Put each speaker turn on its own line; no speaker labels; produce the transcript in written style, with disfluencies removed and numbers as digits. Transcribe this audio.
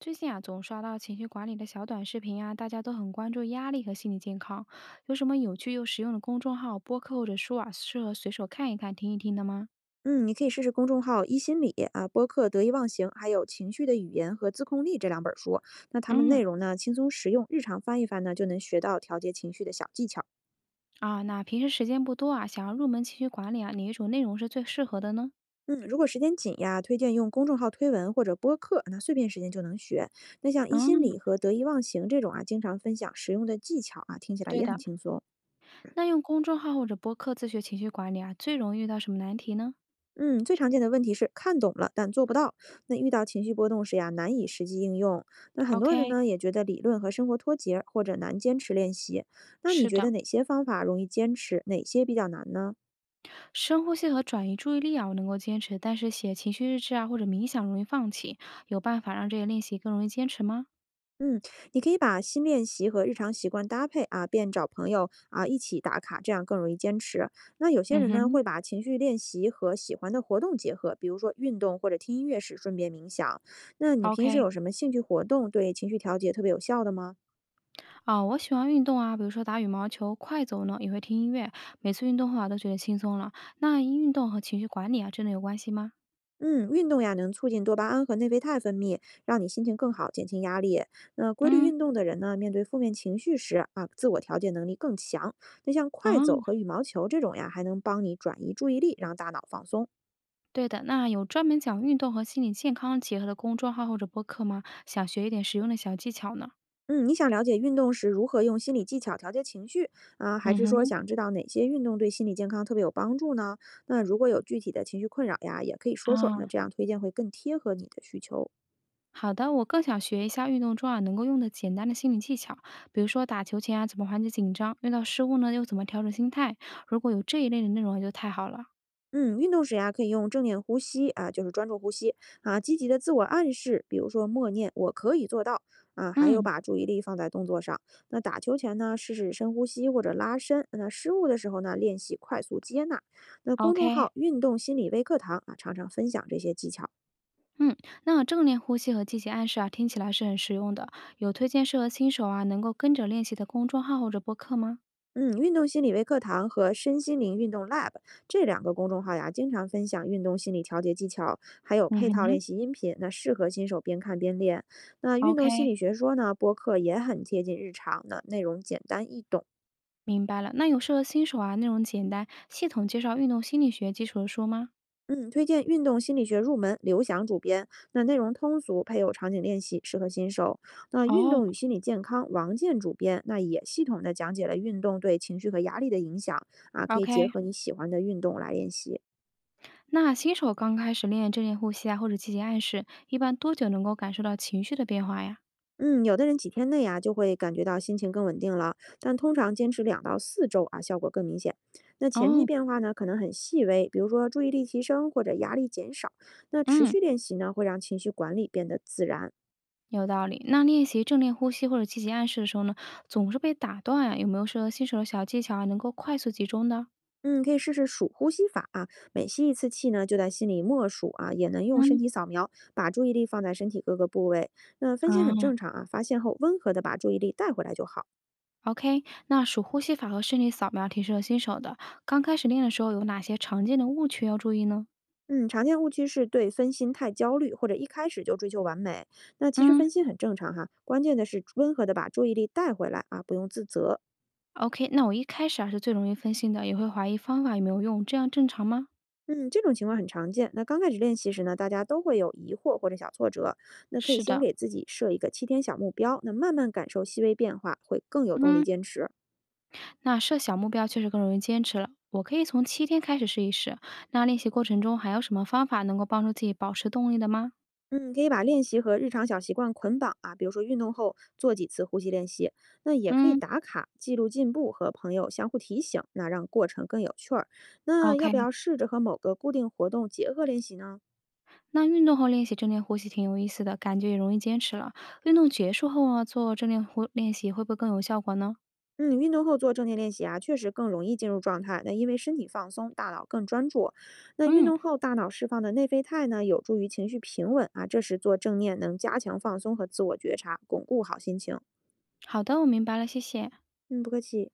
最近啊，总刷到情绪管理的小短视频啊，大家都很关注压力和心理健康。有什么有趣又实用的公众号、播客或者书啊，适合随手看一看、听一听的吗？
嗯，你可以试试公众号“一心理”啊，播客“得意忘形”，还有《情绪的语言》和《自控力》这两本书。那他们
嗯，
内容呢轻松实用，日常翻一翻呢就能学到调节情绪的小技巧。
啊，那平时时间不多啊，想要入门情绪管理啊，哪一种内容是最适合的呢？
嗯，如果时间紧呀，推荐用公众号推文或者播客，那碎片时间就能学。那像“一心
嗯，
理”和“得意忘形”这种啊，经常分享实用的技巧啊，听起来
对
也很
的。
轻松。
那用公众号或者播客自学情绪管理啊，最容易遇到什么难题呢？
嗯，最常见的问题是看懂了但做不到。那遇到情绪波动时呀，难以实际应用。那很多人
OK，
呢也觉得理论和生活脱节，或者难坚持练习。那你
是
觉得
的，
哪些方法容易坚持，哪些比较难呢？
深呼吸和转移注意力啊，我能够坚持，但是写情绪日志啊或者冥想容易放弃。有办法让这些练习更容易坚持吗？
嗯，你可以把新练习和日常习惯搭配啊，便找朋友啊一起打卡，这样更容易坚持。那有些
嗯
人呢
哼。
会把情绪练习和喜欢的活动结合，比如说运动或者听音乐时顺便冥想。那你平时
OK，
有什么兴趣活动对情绪调节特别有效的吗？
啊，我喜欢运动啊，比如说打羽毛球、快走呢，也会听音乐。每次运动后啊，都觉得轻松了。那运动和情绪管理啊，真的有关系吗？
嗯，运动呀，能促进多巴胺和内啡肽分泌，让你心情更好，减轻压力。那规律
嗯，
运动的人呢，面对负面情绪时啊，自我调节能力更强。那像快走
啊，
和羽毛球这种呀，还能帮你转移注意力，让大脑放松。
对的。那有专门讲运动和心理健康结合的公众号或者播客吗？想学一点实用的小技巧呢？
嗯，你想了解运动时如何用心理技巧调节情绪啊，还
嗯
是说
哼，
想知道哪些运动对心理健康特别有帮助呢？那如果有具体的情绪困扰呀，也可以说说，
啊，
那这样推荐会更贴合你的需求。
好的，我更想学一下运动中啊能够用的简单的心理技巧，比如说打球前啊怎么缓解紧张，遇到失误呢又怎么调整心态。如果有这一类的内容就太好了。
嗯，运动时呀，可以用正念呼吸啊，就是专注呼吸啊，积极的自我暗示，比如说默念“我可以做到”啊，还有
嗯
把注意力放在动作上。那打球前呢，试试深呼吸或者拉伸。那失误的时候呢，练习快速接纳。那公众
，OK。
号“运动心理微课堂”啊，常常分享这些技巧。
嗯，那正念呼吸和积极暗示啊，听起来是很实用的。有推荐适合新手啊，能够跟着练习的公众号或者播客吗？
嗯，运动心理微课堂和身心灵运动 Lab 这两个公众号呀，经常分享运动心理调节技巧，还有
嗯
配套
哼
练习音频，那适合新手边看边练。那运动心
，OK，
理学说呢，播客也很贴近日常的，内容简单易懂。
明白了。那有适合新手啊内容简单、系统介绍运动心理学基础的书吗？
嗯，推荐《运动心理学入门》，刘翔主编。那内容通俗，配有场景练习，适合新手。那《运
哦
动与心理健康》，王健主编，那也系统的讲解了运动对情绪和压力的影响啊，可以结
，OK，
合你喜欢的运动来练习。
那新手刚开始练正念呼吸啊，或者积极暗示，一般多久能够感受到情绪的变化呀？
嗯，有的人几天内啊就会感觉到心情更稳定了，但通常坚持2到4周啊，效果更明显。那前期
哦，
变化呢，可能很细微，比如说注意力提升或者压力减少。那持
嗯，
续练习呢，会让情绪管理变得自然。
有道理。那练习正念呼吸或者积极暗示的时候呢，总是被打断啊，有没有适合新手的小技巧啊，能够快速集中的？
嗯，可以试试数呼吸法啊，每吸一次气呢，就在心里默数啊，也能用身
嗯，
体扫描，把注意力放在身体各个部位。那分心
啊
很正常啊，发现后温和的把注意力带回来就好。
，OK，那数呼吸法和视力扫描挺适合新手的。刚开始练的时候，有哪些常见的误区要注意呢？
嗯，常见误区是对分心太焦虑，或者一开始就追求完美。那其实
嗯
分心很正常哈，关键的是温和的把注意力带回来啊，不用自责。
，OK，那我一开始啊是最容易分心的，也会怀疑方法有没有用，这样正常吗？
嗯，这种情况很常见。那刚开始练习时呢，大家都会有疑惑或者小挫折，那可以
是
先
的，
给自己设一个7天小目标，那慢慢感受细微变化，会更有动力
嗯，
坚持。
那设小目标确实更容易坚持了。我可以从7天开始试一试。那练习过程中还有什么方法能够帮助自己保持动力的吗？
嗯，可以把练习和日常小习惯捆绑啊，比如说运动后做几次呼吸练习，那也可以
嗯
打卡记录进步，和朋友相互提醒，那让过程更有趣儿。那要
，OK，
不要试着和某个固定活动结合练习呢？
那运动后练习正念呼吸挺有意思的，感觉也容易坚持了。运动结束后啊，做正念呼练习会不会更有效果呢？
嗯，运动后做正念练习啊，确实更容易进入状态。那因为身体放松，大脑更专注。那运
嗯。
动后大脑释放的内啡肽呢，有助于情绪平稳啊。这时做正念能加强放松和自我觉察，巩固好心情。
好的，我明白了，谢谢。
嗯，不客气。